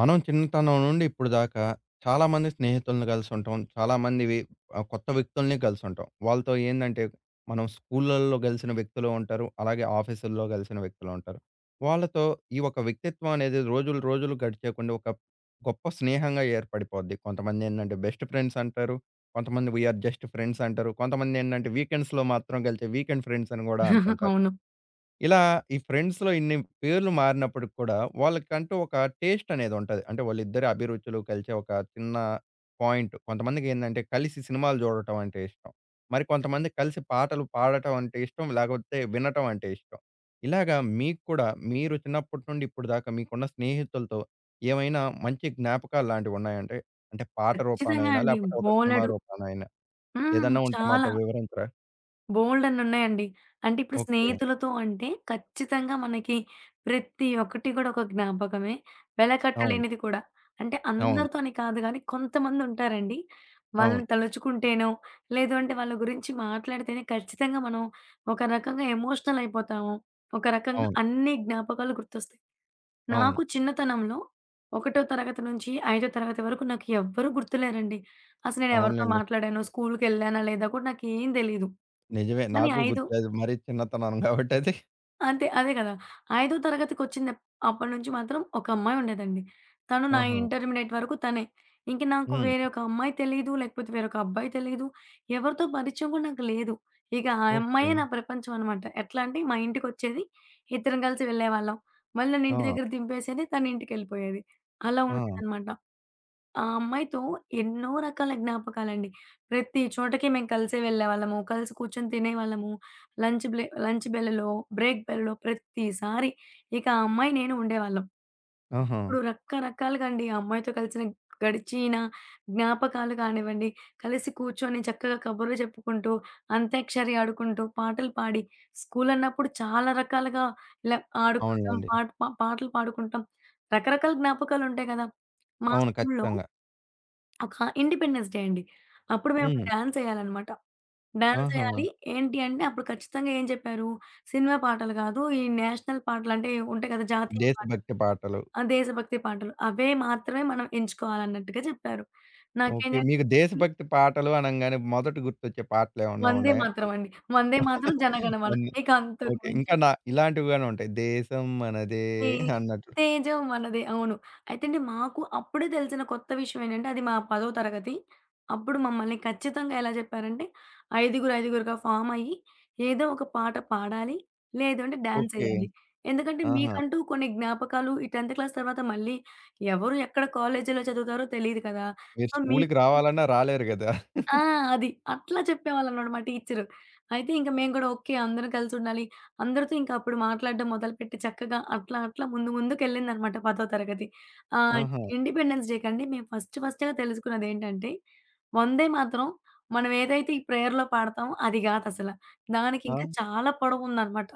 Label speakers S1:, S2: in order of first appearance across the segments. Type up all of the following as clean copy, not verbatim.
S1: మనం చిన్నతనం నుండి ఇప్పుడు దాకా చాలామంది స్నేహితులను కలిసి ఉంటాం. చాలామంది కొత్త వ్యక్తుల్ని కలిసి ఉంటాం. వాళ్ళతో ఏందంటే మనం స్కూళ్ళల్లో కలిసిన వ్యక్తులు ఉంటారు. అలాగే ఆఫీసుల్లో కలిసిన వ్యక్తులు ఉంటారు. వాళ్ళతో ఈ ఒక వ్యక్తిత్వం అనేది రోజులు రోజులు గడిచేకొండి ఒక గొప్ప స్నేహంగా ఏర్పడిపోద్ది. కొంతమంది ఏందంటే బెస్ట్ ఫ్రెండ్స్ అంటారు. కొంతమంది వి ఆర్ జస్ట్ ఫ్రెండ్స్ అంటారు. కొంతమంది ఏందంటే వీకెండ్స్‌లో మాత్రం కలిసే వీకెండ్ ఫ్రెండ్స్ అని గూడా అంటుంటారు.
S2: అవును.
S1: ఇలా ఈ ఫ్రెండ్స్‌లో ఇన్ని పేర్లు మారినప్పటికి కూడా, వాళ్ళకంటూ ఒక టేస్ట్ అనేది ఉంటది. అంటే వాళ్ళిద్దరి అభిరుచులు కలిసే ఒక చిన్న పాయింట్. కొంతమందికేందంటే కలిసి సినిమాలు చూడటం అంటే ఇష్టం. మరి కొంతమంది కలిసి పాటలు పాడటం అంటే ఇష్టం. లేకపోతే వినటం అంటే ఇష్టం. ఇలాగా మీకు కూడా మీరు చిన్నప్పటి నుండి ఇప్పుడు దాకా మీకున్న స్నేహితులతో ఏమైనా మంచి జ్ఞాపకాలు లాంటివి ఉన్నాయంటే? అంటే పాట
S2: ఖచ్చితంగా
S1: రూపానైనా
S2: అండి.
S1: లేకపోతే ఒక సినిమా
S2: బోలెడు.
S1: రూపానైనా
S2: హ్మ్.
S1: ఏదన్నా ఉంటే మాతో
S2: చాలా.
S1: వివరించరా?
S2: బోలెడన్నున్నాయండి. అంటే ఇప్పుడు
S1: ఓకే.
S2: స్నేహితులతో అంటే ఖచ్చితంగా మనకి ప్రతి ఒక్కటి గూడా ఒక జ్ఞాపకమే.
S1: అవును.
S2: వెలకట్టలేనిది కూడా. అంటే
S1: అవును.
S2: అందరితో అని కాదు గానీ కొంతమందుంటారండి. వాళ్ళని
S1: అవును.
S2: తలుచుకుంటేనో, లేదు అంటే వాళ్ళ గురించి మాట్లాడితేనే ఖచ్చితంగా మనం ఒక రకంగా ఎమోషనల్ అయిపోతాము. ఒక
S1: అవును.
S2: రకంగా
S1: అవును.
S2: అన్ని జ్ఞాపకాలు గుర్తొస్తాయి.
S1: అవును.
S2: నాకు చిన్నతనంలో 1 తరగతి నుంచి 5 తరగతి వరకు నాకు ఎవ్వరు గుర్తులేరండి. అసలు నేను ఎవరితో
S1: అవునులెండి.
S2: మాట్లాడానో, స్కూలుకెళ్ళానా లేదా కూడా నాకేం తెలీదు.
S1: నిజమే.
S2: కానీ
S1: నాకు
S2: ఐదో
S1: గుర్తులేదు. మరీ చిన్నతనం కాబట్టి అది.
S2: అంతే. అదే గదా! 5థ్ తరగతికొచ్చింది అప్పటినుంచి మాత్రం ఒక అమ్మాయి ఉండేదండి. తను నా
S1: ఆహా!
S2: ఇంటర్మీడియేట్ వరకు తనే. ఇంక నాకు
S1: హ్మ్.
S2: వేరే ఒక అమ్మాయి తెలీదు. లేకపోతే వేరొక అబ్బాయి తెలీదు. ఎవరితో పరిచయం కూడా నాకు లేదు. ఇక ఆ
S1: ఓకే.
S2: అమ్మాయే నా ప్రపంచం అనమాట. ఎట్లా అంటే మా ఇంటికొచ్చేది. ఇద్దరం కలిసి వెళ్ళేవాళ్ళం. మళ్ళీ నన్ను
S1: ఆ!
S2: ఇంటి దగ్గర దింపేసేది. తను ఇంటికెళ్ళిపోయేది. అలా
S1: ఆ!
S2: ఉండేదనమాట. ఆ అమ్మాయితో ఎన్నో రకాల జ్ఞాపకాలండి. ప్రతి చోటకి మేము కలిసే వెళ్ళేవాళ్ళము. కలిసి కూర్చొని తినేవాళ్ళము. లంచ్ బెల్‌లో, బ్రేక్ బెల్‌లో ప్రతిసారి ఇక ఆ అమ్మాయి, నేను ఉండేవాళ్ళం.
S1: ఆహా!
S2: ఇప్పుడు రకరకాలుగా అండి ఆ అమ్మాయితో కలిసిన గడిచిన జ్ఞాపకాలు కానివ్వండి, కలిసి కూర్చొని చక్కగా కబుర్లు చెప్పుకుంటూ, అంత్యాక్షరి ఆడుకుంటూ, పాటలు పాడి, స్కూల్ అన్నప్పుడు చాలా రకాలుగా ఇలా ఆడుకుంటాం.
S1: అవునులెండి.
S2: పాటలు పాడుకుంటాం. రకరకాల జ్ఞాపకాలుంటాయి కదా! మా
S1: అవును.
S2: స్కూల్‌లో
S1: ఖచ్చితంగా.
S2: ఆ! ఇండిపెండెన్స్ డే అండి. అప్పుడు మేము
S1: హ్మ్.
S2: డాన్సేయాలనమాట.
S1: ఆహా!
S2: డాన్సేయాలి. ఏంటి అంటే అప్పుడు ఖచ్చితంగా ఏం చెప్పారు, సినిమా పాటలు కాదు, ఈ నేషనల్ పాటలంటే ఉంటాయి కదా! జాతీయ పాటలు.
S1: దేశభక్తి పాటలు.
S2: ఆ! దేశభక్తి పాటలు. అవే మాత్రమే మనం ఎంచుకోవాలన్నట్టుగా చెప్పారు.
S1: ఓకే.
S2: నాకేంటంటే
S1: మీకు దేశభక్తి పాటలు అనంగానే మొదట గుర్తొచ్చే పాటలేమన్నా
S2: 'వందే
S1: ఉన్నాయా?
S2: మాతరం' అండి. 'వందే మాతరం', 'జనగణమన'
S1: కొన్ని
S2: ఇక అంతకు
S1: ఓకే.
S2: మించి
S1: ఇంకా నా ఇలాంటివి గాని ఉంటాయి. దేశం మనదే
S2: తే
S1: అన్నట్లు.
S2: తేజం మనదే. అవును. అయితే అండి మాకు అప్పుడే తెలిసిన కొత్త విషయం ఏంటంటే అది మా పదో తరగతి. అప్పుడు మమ్మల్ని ఖచ్చితంగా ఎలా చెప్పారంటే ఐదుగురు, ఐదుగురుగా ఫార్మ్ అయ్యి ఏదో ఒక పాట పాడాలి. లేదు అంటే డాన్స్
S1: ఓకే.
S2: ఎయ్యాలి. ఎందుకంటే
S1: ఆహా!
S2: మీకంటూ కొన్ని జ్ఞాపకాలు ఈ 10థ్ క్లాస్ తర్వాత మళ్ళీ ఎవరు ఎక్కడ కాలేజీలో చదువుతారో తెలీదు కదా!
S1: మీరు
S2: సో మీకు
S1: స్కూలుకి రావాలన్నా రాలేరు గదా!
S2: ఆ! అది. అట్లా చెప్పేవాళ్ళనమాట మా టీచరు. అయితే ఇంక మేము గూడా ఓకే. అందరం కలిసుండాలి. అందరితో ఇంక అప్పుడు మాట్లాడడం మొదలుపెట్టి చక్కగా అట్లా అట్లా ముందు ముందుకెళ్ళిందనమాట 10థ్ తరగతి. ఆహ్,
S1: ఆహా!
S2: ఇండిపెండెన్స్ డే కండి మేము ఫస్ట్ ఫస్ట్‌గా తెలుసుకున్నదేంటంటే, వందే మాతరం మనం ఏదైతే ఈ ప్రేయర్‌లో పాడతామో అది గాదసల.
S1: ఆ!
S2: దానికింకా చాలా పొడవుందనమాట.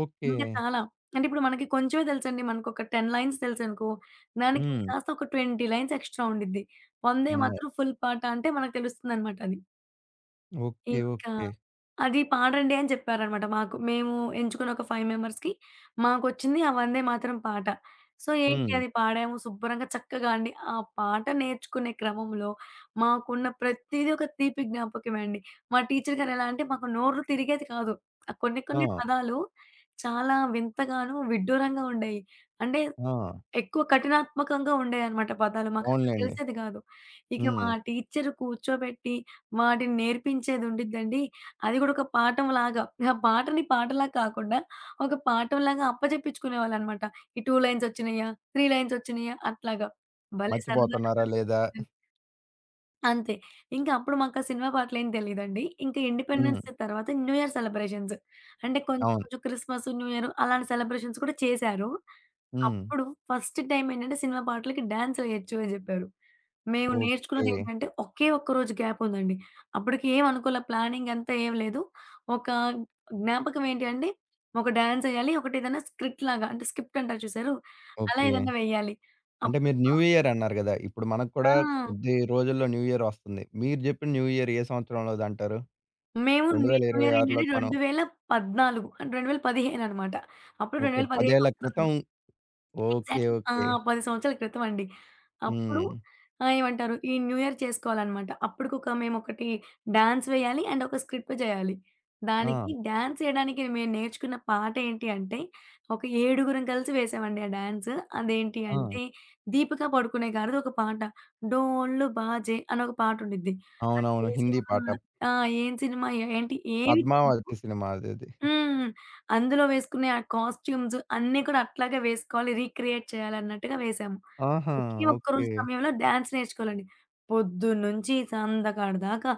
S1: ఓకే.
S2: ఇంకా చాలా. అంటే ఇప్పుడు మనకి కొంచెమే తెలుసండి. మనకొక 10 లైన్స్ తెలుసనుకో, దానికి
S1: హ్మ్.
S2: ఇంకాస్త ఒక 20 లైన్స్ ఎక్స్‌ట్రా ఉండిద్ది. వందే
S1: అమ్మో!
S2: మాతరం ఫుల్ పాట అంటే మనకు తెలుస్తుందనమాట అది.
S1: ఓకే.
S2: ఇంకా
S1: ఓకే.
S2: అది పాడండి అని చెప్పారనమాట. మాకు మేము ఎంచుకున్న ఒక 5 మెంబర్స్‌కి మాకొచ్చింది ఆ వందే మాతరం పాట. సో, ఏంటి
S1: హ్మ్.
S2: అది పాడాము శుభ్రంగా చక్కగా అండి. ఆ పాట నేర్చుకునే క్రమంలో మాకున్న ప్రతీది ఒక తీపి జ్ఞాపకమే అండి. మా టీచర్ గారు ఎలా అంటే మాకు నోరు తిరిగేది కాదు. ఆ కొన్ని
S1: ఆ!
S2: కొన్ని పదాలు చాలా వింతగాను, విడ్డూరంగా ఉండేయి. అంటే
S1: ఆ!
S2: ఎక్కువ కఠినాత్మకంగా ఉండేయన్నమాట పదాలు. మాకసలు
S1: అవునులెండి.
S2: తెలిసేది గాదు. ఇక మా
S1: హ్మ్.
S2: టీచరు కూర్చోబెట్టి, వాటిని నేర్పించేది ఉండిద్దండి. అది గూడా ఒక పాఠంలాగా. ఆ పాటని పాటలా కాకుండా, ఒక పాఠంలాగా అప్పజెప్పించుకునేవాళ్ళన్నమాట. ఈ 2 లైన్స్ ఒచ్చినయ్యా, 3 లైన్స్ ఒచ్చినయ్యా అట్లాగా. భలే సరదాగా
S1: మర్చిపోతున్నారా లేదా?
S2: గడిచిపోయేదండి. అంతే. ఇంకా అప్పుడు మాకా సినిమా పాటలేం తెలీదండి. ఇంకా హ్మ్. ఇండిపెండెన్స్
S1: హ్మ్.
S2: డే తర్వాత న్యూ ఇయర్ సెలబ్రేషన్స్. అంటే కొంచెం
S1: అవును.
S2: కొంచెం క్రిస్మస్, న్యూ ఇయర్ అలాంటి సెలబ్రేషన్స్ కూడా చేశారు.
S1: హ్మ్.
S2: అప్పుడు ఫస్ట్ టైమ్ ఏంటంటే సినిమా పాటలకి డాన్సులెయొచ్చు అని జెప్పారు. మేము
S1: ఓకే.
S2: నేర్చుకున్నదేంటంటే ఒకే ఒక్క రోజు గ్యాప్ ఉందండి. అప్పటికి ఏం అనుకోలే ప్లానింగ్ అంతా ఏం లేదు. ఒక జ్ఞాపకం ఏంటి అంటే ఒక డాన్సెయ్యాలి. ఒకటి ఏదైనా స్క్రిప్ట్ లాగా అంటే స్క్రిప్ట్ అంటారు చూసారు? అలా
S1: ఓకే.
S2: ఏదన్నా వెయ్యాలి.
S1: అంటే
S2: అప్పుడు
S1: మీరు న్యూ ఇయర్ అన్నారు గదా! ఇప్పుడు మనకు కూడా
S2: ఆ!
S1: కొద్ది రోజుల్లో న్యూ ఇయర్ వస్తుంది. మీరు జెప్పిన న్యూ ఇయర్ ఏ సంవత్సరంలోదంటారు?
S2: మేము మీ న్యూ ఇయర్ ఏంటంటే
S1: 2026లోకి మనం
S2: 2014 అంటే 2015 అనమాట. అప్పుడు
S1: ఓకే. 10
S2: 2015
S1: ఏళ్ల
S2: వస్తుంది.
S1: క్రితం ఓకే.
S2: ఎగ్జాక్ట్‌లీ. ఆ!
S1: ఓకే.
S2: 10 సంవత్సరాల క్రితం అండి. అప్పుడు
S1: హ్మ్.
S2: ఏమంటారు ఈ న్యూ ఇయర్ చేసుకోవాలనమాట. అప్పటికొక మేమొకటి డాన్స్ వేయాలి అండ్ ఒక స్క్రిప్ట్ చేయాలి.
S1: ఆ!
S2: దానికి డాన్స్ ఏయడానికి మేము నేర్చుకున్న పాట ఏంటి అంటే, ఒక ఏడుగురం కలిసి వేసామండి ఆ డాన్స్. అదేంటి
S1: ఆ!
S2: అంటే 'దీపిక పడుకునే' గారిది ఒక పాట 'డోలు బాజే' అని ఒక పాటుండిద్ది. అది
S1: అవునవును.
S2: ఏ
S1: హిందీ
S2: సినిమా
S1: పాట
S2: ఆ! ఏం సినిమా ఏంటి ఏవి తెలీదు.
S1: 'పద్మావతి' సినిమా అదది.
S2: హ్మ్. అందులో వేసుకునే ఆ కాస్ట్యూమ్స్ అన్నీ కూడా అట్లాగే వేసుకోవాలి. రీక్రియేట్ చేయాలన్నట్టుగా వేశాము.
S1: ఆహా!
S2: ఓకే. ఈ
S1: ఓకే.
S2: ఒక్కరోజు సమయంలో డాన్స్ నేర్చుకోవాలండి. పొద్దున్నుంచి సందకాడి దాకా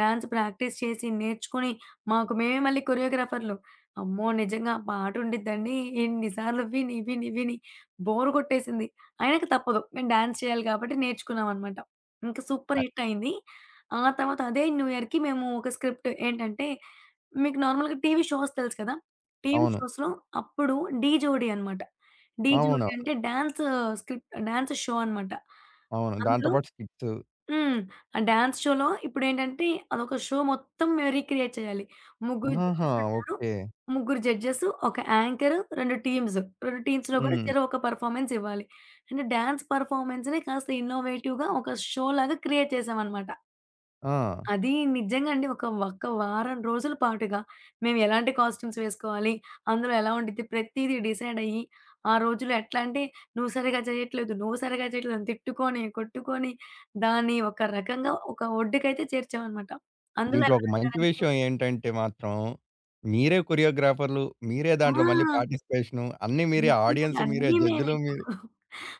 S2: డాన్స్ ప్రాక్టీస్ చేసి, నేర్చుకొని మాకు మేమే మళ్ళీ కొరియోగ్రాఫర్‌లు. అమ్మో! నిజంగా పాట ఉండిద్దండి. ఎన్ని సార్లు విని, విని, విని బోర్ కొట్టేసింది. అయినక తప్పదు. మేము డాన్స్ చేయాలి కాబట్టి నేర్చుకున్నామనమాట. ఇంకా సూపర్
S1: అ
S2: హిట్ అయింది. ఆ తర్వాత అదే న్యూ ఇయర్‌కి మేము ఒక స్క్రిప్ట్ ఏంటంటే మీకు నార్మల్‌గా టీవీ షోస్ తెలుసు కదా! టీవీ
S1: అవును.
S2: షోస్‌లో అప్పుడు 'ఢీ జోడీ' అనమాట. 'ఢీ జోడీ'
S1: అవునవును.
S2: అంటే డాన్స్ స్కిట్ డాన్స్ షో అనమాట.
S1: అవును. దాంతో
S2: అందులో
S1: పాటు స్కిట్స్.
S2: హ్మ్. ఆ డాన్స్ షోలో ఇప్పుడేంటంటే అదొక షో మొత్తం మేము రీక్రియేట్ చేయాలి. ముగ్గురు
S1: ఆహా!
S2: జడ్జెస్ ఉంటారు.
S1: ఓకే.
S2: ముగ్గురు జడ్జెస్, ఒక యాంకరు, 2 టీమ్స్. 2 టీమ్స్‌లో కూడా
S1: హ్మ్.
S2: చెరో ఒక పెర్ఫార్మన్స్ ఇవ్వాలి. అంటే డాన్స్ పెర్ఫార్మన్స్‌ని కాస్త ఇన్నోవేటివ్‌గా ఒక షో లాగా క్రియేట్ చేసామనమాట.
S1: ఆ!
S2: అది నిజంగా అండి. ఒక్క వారం రోజుల పాటుగా మేము ఎలాంటి కాస్ట్యూమ్స్ వేసుకోవాలి, అందులో ఎలా ఉండిద్ది ప్రతీదీ డిసైడ్ అయ్యి, ఆ రోజుల్లో ఎట్లా అంటే నువ్వు సరిగ్గా చేయట్లేదు, నువ్వు సరిగ్గా చేయట్లేదు అని తిట్టుకొని, కొట్టుకొని దాన్ని ఒక రకంగా ఒక ఒడ్డుకైతే చేర్చామనమాట. అందులో
S1: దీంట్లో ఒక మంచి
S2: ఎవరుంటారంటే
S1: విషయం ఏంటంటే మాత్రం, మీరే కొరియోగ్రాఫర్‌లు, మీరే
S2: ఆ!
S1: దాంట్లో మళ్ళీ పార్టిసిపేషను, అన్నీ మీరే,
S2: అంతే అండి.
S1: ఆడియన్స్ మీరే,
S2: అన్నీ మేమే.
S1: జడ్జ్‌లు మీరే.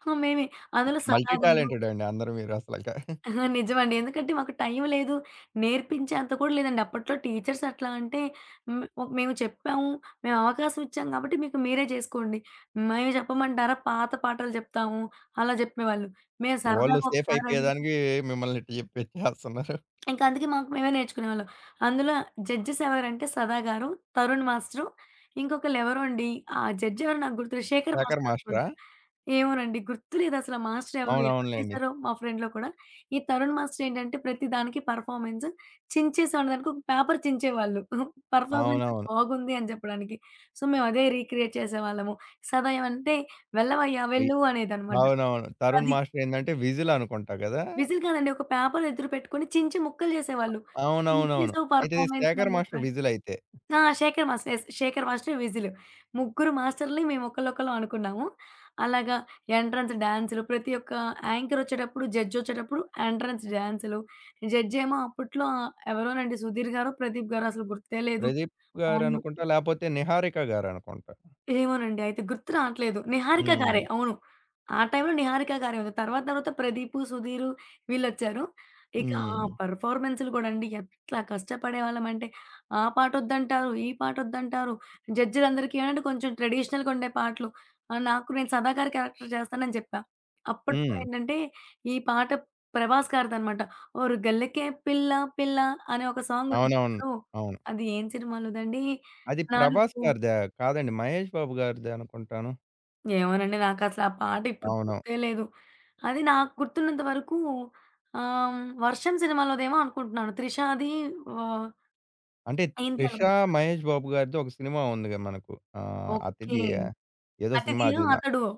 S2: ఆ! మేమే. అందులో సదా
S1: మల్టీ
S2: గారు
S1: టాలెంటెడ్ అండి అందరూ మీరు అసలక.
S2: అహా! నిజమండి. ఎందుకంటే మాకు టైం లేదు. నేర్పించేంత కూడా లేదండి. అప్పట్లో టీచర్స్ ఎట్లా అంటే హ్మ్, ఒ మేము చెప్పాము. మేము అవకాశం ఇచ్చాం కాబట్టి మీకు మీరే చేసుకోండి. మేము చెప్పమంటారా పాత పాటలు చెప్తాము. అలా చెప్పేవాళ్ళు. మేము
S1: వోళ్ళు
S2: సరదాగా
S1: సేఫ్
S2: ఒకసారి అడిగితే
S1: అయిపోయేదానికి మిమ్మల్ని ఇట్ట చెప్పిచ్చేస్తున్నారు.
S2: ఇంకా అందుకే మాకు మేమే నేర్చుకునేవాళ్ళం. అందులో జడ్జెస్ ఎవరంటే సదా గారు, తరుణ్ మాస్టరు, ఇంకొకళ్ళెవరో అండి. ఆ జడ్జ్ ఎవరో నాకు గుర్తులేదు. శేఖర్
S1: శేఖర్
S2: మాస్టర్
S1: మాస్టరా?
S2: అనుకుంటా. ఏమోనండి గుర్తులేదసల మాస్టర్ ఎవరో, ఎవరు
S1: అవునవునులెండి.
S2: చేశారో మా ఫ్రెండ్‌లో కూడా. ఈ తరుణ్ మాస్టర్ ఏంటంటే ప్రతి దానికి పెర్ఫార్మన్స్ చించేసేవాళ్ళు. దానికి ఒక పేపర్ చించేవాళ్ళు. పెర్ఫార్మన్స్
S1: అవునవును.
S2: బాగుంది అని చెప్పడానికి. సో, మేము అదే రీక్రియేట్ చేసేవాళ్ళము. సదా ఏమంటే వెళ్ళవయ్యా!
S1: వి
S2: వెళ్ళు అనేదనమాట.
S1: అవునవును. తరుణ్
S2: అది.
S1: మాస్టర్ ఏందంటే విజిల్ అనుకుంటా గదా!
S2: విజిల్ కాదండి. ఒక పేపర్ ఎదురు పెట్టుకొని చించి ముక్కలు చేసేవాళ్ళు.
S1: అవునవునవును.
S2: చించేసావు
S1: అయితే
S2: పర్ఫార్మన్స్
S1: శేఖర్
S2: అని
S1: మాస్టర్
S2: చెప్పారు.
S1: విజిల్ అయితే.
S2: ఆ! Shekhar master. Yes. Shekhar master, whistle. ముగ్గురు మాస్టర్‌లని మేము ఒకళ్ళొకళ్ళం అనుకున్నాము. అలాగా ఎంట్రన్స్ డాన్సులు ప్రతి ఒక్క యాంకర్ వచ్చేటప్పుడు, జడ్జ్ వచ్చేటప్పుడు ఎంట్రన్స్ డాన్సులు. జడ్జ్ ఏమో అప్పట్లో ఎవరోనండి సుధీర్ గారో, ప్రదీప్ గారో అసలు గుర్తే లేదు.
S1: ప్రదీప్
S2: వాళ్ళు
S1: గారనుకుంటా, లేపోతే నిహారిక గారనుకుంటా.
S2: ఏమోనండి. అయితే గుర్తు రావట్లేదు. 'నిహారిక'
S1: హ్మ్.
S2: గారే. అవును. ఆ టైంలో 'నిహారిక' గారే ఉంది. తర్వాత తర్వాత 'ప్రదీపు', 'సుధీరు' వీళ్ళొచ్చారు. ఇక ఆ
S1: హ్మ్.
S2: పెర్ఫార్మన్స్‌లు గూడా అండి ఎట్లా కష్టపడేవాళ్ళమంటే ఆ పాటొద్దంటారు, ఈ పాటొద్దంటారు. జడ్జిలందరికీ ఏంటంటే కొంచెం ట్రెడిషనల్‌గా ఉండే పాటలు. నాకు నేను 'సదా' గారి క్యారెక్టర్ చేస్తానని జెప్పా. అప్పట్లో
S1: హ్మ్.
S2: ఏంటంటే ఈ పాట 'ప్రభాస్' గారిదనమాట. 'ఓరు గల్లకే పిల్ల పిల్ల' అనే ఒక సాంగ్ ఉంటుంది.
S1: అవునవును. అవును.
S2: అది ఏం సినిమాలోదండి?
S1: అది 'ప్రభాస్'
S2: 'నాలుగు'
S1: గారిదా? కాదండి. మహేష్ బాబు గారిదే అనుకుంటాను.
S2: ఏమోనండి. నాకసల ఆ పాట ఇప్పుడు
S1: అవును.
S2: గుర్తే లేదు. అది నాకు గుర్తున్నంత వరకు ఆహ్, 'వర్షం' సినిమాలోదేమో అనుకుంటున్నాను. 'త్రిషాది' ఆహ్,
S1: అంటే
S2: ఏంటి
S1: 'త్రిష'
S2: అనుకు
S1: మహేష్ బాబు గారిది ఒక సినిమా ఉందిగా మనకు.
S2: ఓకే.
S1: 'అతిథియ' ఏదో సినిమా
S2: 'అతిథియా
S1: అది న
S2: అతడువో.'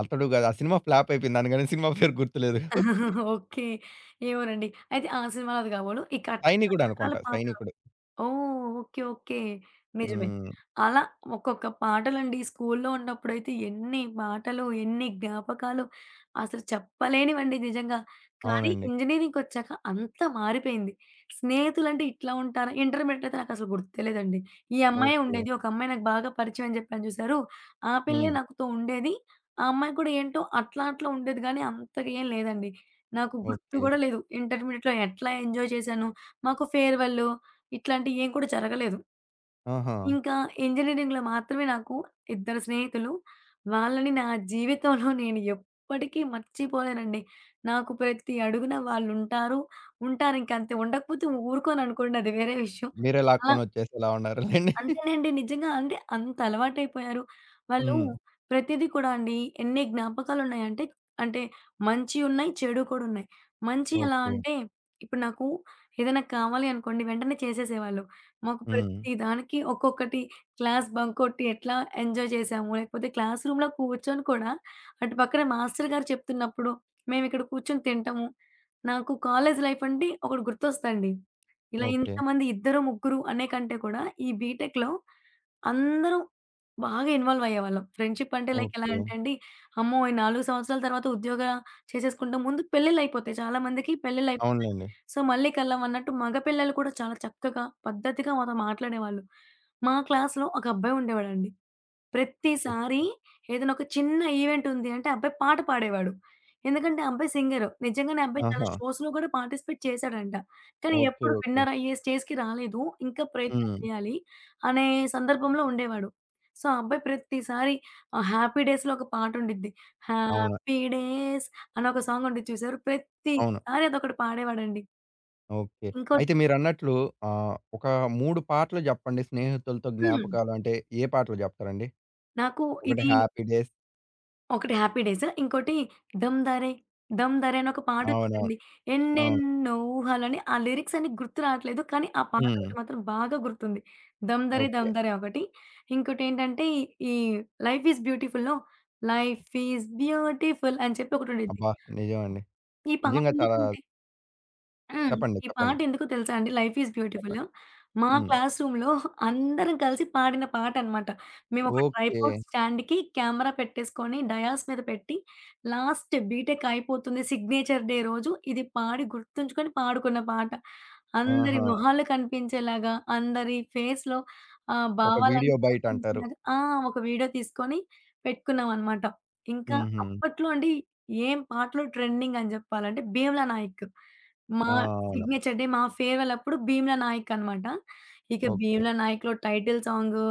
S1: 'అతడు' గాదు. ఆ సినిమా ఫ్లాప్ అయిపోయింది అందుకని సినిమా పేరు గుర్తులేదు.
S2: ఓకే. ఏమోనండి. అయితే ఆ సినిమాలోది గాబోలు. ఈ కట్నం
S1: 'సైనికుడు'
S2: రకరకాల
S1: అనుకుంటా
S2: పాటలు
S1: 'సైనికుడు.'
S2: ఓహ్! ఓకే. ఓకే. నిజమే.
S1: హ్మ్.
S2: అలా ఒక్కొక్క పాటలండి. స్కూల్లో ఉన్నప్పుడైతే ఎన్ని పాటలు, ఎన్ని జ్ఞాపకాలు అసలు చెప్పలేనివండి నిజంగా. కానీ
S1: అవునండి.
S2: ఇంజినీరింగ్‌కొచ్చాక అంతా మారిపోయింది. స్నేహితులంటే ఇట్లా ఉంటారా? ఇంటర్మీడియేట్ అయితే నాకసలు గుర్తే లేదండి. ఈ అమ్మాయే
S1: ఓకే.
S2: ఉండేది. ఒక అమ్మాయి నాకు బాగా పరిచయం అని చెప్పాను చూసారు? ఆ పిల్లే
S1: హ్మ్.
S2: నాతో ఉండేది. ఆ అమ్మాయి కూడా ఏంటో అట్లా అట్లా ఉండేది గానీ అంతగా ఏం లేదండి. నాకు గుర్తు
S1: ఓకే.
S2: గూడా లేదు. ఇంటర్మీడియేట్‌లో ఎట్లా ఎంజాయ్ చేశాను. మాకు ఫేర్‌వెల్ ఇట్లాంటియి ఏం కూడా జరగలేదు.
S1: ఆహా!
S2: ఇంకా ఇంజినీరింగ్‌లో మాత్రమే నాకు ఇద్దరు స్నేహితులు. వాళ్ళని నా జీవితంలో నేను ఎప్పటికీ మర్చిపోలేనండి. నాకు ప్రతి అడుగున వాళ్ళుంటారు. ఉంటారింకంతే. ఉండకపోతే ఊరుకోననుకోండి అది వేరే విషయం.
S1: మీరే
S2: అలా
S1: లాక్కొనొచ్చేసి ఇలా ఉన్నారులెండి.
S2: అంతేనండి. నిజంగా అంటే అంత అలవాటైపోయారు. వాళ్ళు
S1: హ్మ్.
S2: ప్రతీదీ కూడా అండి ఎన్ని జ్ఞాపకాలున్నాయంటే, అంటే మంచి ఉన్నాయి, చెడు కూడా ఉన్నాయి. మంచి ఎలా
S1: ఓకే.
S2: అంటే, ఇప్పుడు నాకు ఏదైనా కావాలి అనుకోండి వెంటనే చేసేసేవాళ్ళు. మాకు
S1: హ్మ్.
S2: ప్రతి దానికి ఒక్కొక్కటి క్లాస్ బంక్ కొట్టి ఎట్లా ఎంజాయ్ చేసాము, లేకపోతే క్లాస్ రూమ్‌లో కూర్చొని కూడా అటు పక్కన మాస్టర్ గారు చెప్తున్నప్పుడు మేమిక్కడ కూర్చొని తింటము. నాకు కాలేజ్ లైఫ్ అంటే ఒకటి గుర్తొస్తదండి. ఇలా
S1: ఓకే.
S2: ఇంతమంది ఇద్దరు, ముగ్గురు అనే కంటే కూడా ఈ బీటెక్‌లో అందరూ బాగా ఇన్వాల్వ్ అయ్యేవాళ్ళం. ఫ్రెండ్‌షిప్ అంటే లైక్ ఎలా
S1: ఓకే.
S2: అంటే అండి, అమ్మో! ఈ 4 సంవత్సరాల తర్వాత ఉద్యోగ చేసేసుకుంటాం. ముందు పెళ్లిళ్ళైపోతాయి. చాలా మందికి పెళ్లిళ్ళైపోతాయి.
S1: అవునులెండి.
S2: సో, మళ్ళీ కలవం అన్నట్టు మగ పిల్లలు కూడా చాలా చక్కగా, పద్ధతిగా మాతో మాట్లాడేవాళ్ళు. మా క్లాస్‌లో ఒక అబ్బాయి ఉండేవాడండి. ప్రతిసారి
S1: ఓకే.
S2: ఏదైనా ఒక చిన్న ఈవెంట్ ఉంది అంటే అబ్బాయి పాట పాడేవాడు. ఎందుకంటే ఆ అబ్బాయి సింగరు. నిజంగానే ఆ అబ్బాయి చాలా
S1: ఆహా!
S2: షోస్‌లో కూడా పార్టిసిపేట్ చేశాడంట. కానీ
S1: ఓకే.
S2: ఎప్పుడు
S1: ఓకే.
S2: విన్నర్ అయ్యే స్టేజ్‌కి రాలేదు. ఇంకా ప్రయత్నం
S1: హ్మ్.
S2: చేయాలి అనే సందర్భంలో ఉండేవాడు. సో, ఆ అబ్బాయి ప్రతిసారి 'హ్యాపీ డేస్‌లో' ఒక పాట ఉండిద్ది.
S1: అవును.
S2: 'హ్యాపీ డేస్' అని ఒక సాంగ్ ఉండిద్ది చూసారు.
S1: అవును.
S2: ప్రతిసారి అదొకటి పాడేవాడండి.
S1: ఓకే.
S2: ఇంకోటి
S1: అయితే మీరన్నట్లు ఒక 3 పాటలు జెప్పండి స్నేహితులతో
S2: హ్మ్.
S1: జ్ఞాపకాలు అంటే ఏ పాటలు జెప్తారండి?
S2: నాకు
S1: ఒకటి
S2: ఇది
S1: 'హ్యాపీ డేస్'
S2: ఒకటి 'హ్యాపీ డేస్' ఇంకోటి 'డమ్ దరే డమ్ దరే' అని ఒక పాటొచ్చేదండి.
S1: అవునవును. అవును.
S2: ఎన్నెన్నో ఊహలని ఆ లిరిక్స్ అన్ని గుర్తు రావట్లేదు. కానీ ఆ పాట
S1: హ్మ్.
S2: ఒకటి మాత్రం బాగా గుర్తుంది. 'దమ్ దరే
S1: ఓకే.
S2: దమ్ దరే' ఒకటి. ఇంకోటేంటంటే ఈ 'లైఫ్ ఈజ్ బ్యూటిఫుల్‌లో' 'లైఫ్ ఈజ్ బ్యూటిఫుల్' అని చెప్పి ఒకటుండిద్ది.
S1: అబ్బా! నిజమండి.
S2: ఈ పాట
S1: నిజంగా చాలా
S2: ఎందుకంటే హ్మ్.
S1: చెప్పండి.
S2: ఈ పాట
S1: చెప్పండి.
S2: ఎందుకో తెలుసా అండి? 'లైఫ్ ఈజ్ బ్యూటిఫుల్'
S1: చెప్పండి.
S2: మా
S1: హ్మ్.
S2: క్లాస్ రూమ్‌లో అందరం కలిసి పాడిన పాటనమాట. మేము ఒక
S1: ఓకే.
S2: ట్రైపోడ్ స్టాండ్‌కి కెమెరా పెట్టేసుకొని డయాస్ మీద పెట్టి లాస్ట్ బీటెక్ అయిపోతుంది సిగ్నేచర్ డే రోజు ఇది పాడి గుర్తుంచుకొని పాడుకున్న పాట. అందరి
S1: ఆహా!
S2: మొహాలు కనిపించేలాగా, అందరి ఫేస్‌లో
S1: ఒక వీడియో
S2: భావాలన్నీ
S1: బైట్ అంటారు.
S2: కనిపించేలాగా ఆ! ఒక వీడియో తీసుకొని పెట్టుకున్నామనమాట. ఇంకా
S1: హుహు.
S2: అప్పట్లో అండి ఏం పాటలు ట్రెండింగ్ అని జెప్పాలంటే 'భీమ్లా నాయక్.' మా
S1: ఆ! అవును.
S2: సిగ్నేచర్ డే, మా ఫేర్‌వెల్ అప్పుడు 'భీమ్లా నాయక్' అనమాట. ఇక
S1: ఓకే.
S2: 'భీమ్లా నాయక్‌లో' టైటిల్ సాంగు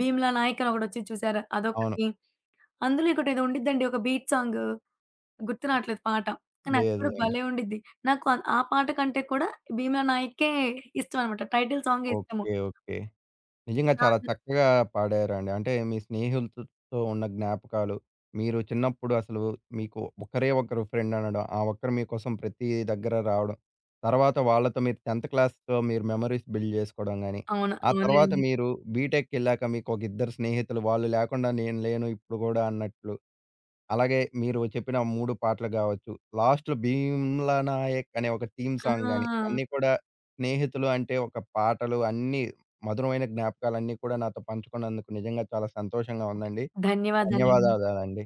S2: 'భీమ్లా నాయక్' అని ఒకటొచ్చింది చూసారా?
S1: అవును.
S2: అదొకటి. అందులో ఇంకోటేదో ఉండిద్దండి ఒక బీట్ సాంగు. గుర్తు రావట్లేదు పాట. కానీ అది
S1: లేదు
S2: కూడా
S1: లేండి.
S2: భలే ఉండిద్ది. నాకు ఆ పాట కంటే కూడా 'భీమ్లా నాయకే' ఇష్టం అనమాట. టైటిల్ సాంగే ఇష్టము.
S1: ఓకే. ఓకే. నిజంగా
S2: అలా
S1: చాలా
S2: అందరూ
S1: చక్కగా పాడారండి. అంటే మీ స్నేహితులతో ఉన్న జ్ఞాపకాలు, మీరు చిన్నప్పుడు అసలు మీకు ఒకరే ఒకరు ఫ్రెండ్ అనడం, ఆ ఒక్కరు మీకోసం ప్రతి దగ్గర రావడం, తర్వాత వాళ్ళతో మీరు 10థ్ క్లాస్‌తో మీరు మెమోరీస్ బిల్డ్ చేసుకోవడం గాని,
S2: అవును.
S1: ఆ తర్వాత
S2: అవునండి.
S1: మీరు బీటెక్‌కెళ్ళాక మీకు ఒక ఇద్దరు స్నేహితులు, "వాళ్ళు లేకుండా నేను లేను ఇప్పుడు గూడా" అన్నట్లు అలాగే మీరు చెప్పిన 3 పాటలు గావచ్చు, లాస్ట్‌లో 'భీమ్లా నాయక్' అనే ఒక థీమ్ సాంగ్ గాని,
S2: ఆ!
S1: అన్నీ కూడా స్నేహితులు అంటే ఒక పాటలు అన్నీ మధురమైన జ్ఞాపకాలన్నీ కూడా నాతో పంచుకున్నందుకు నిజంగా చాలా సంతోషంగా ఉందండి.
S2: ధన్యవాదాలండి.
S1: ధన్యవాదాలండి.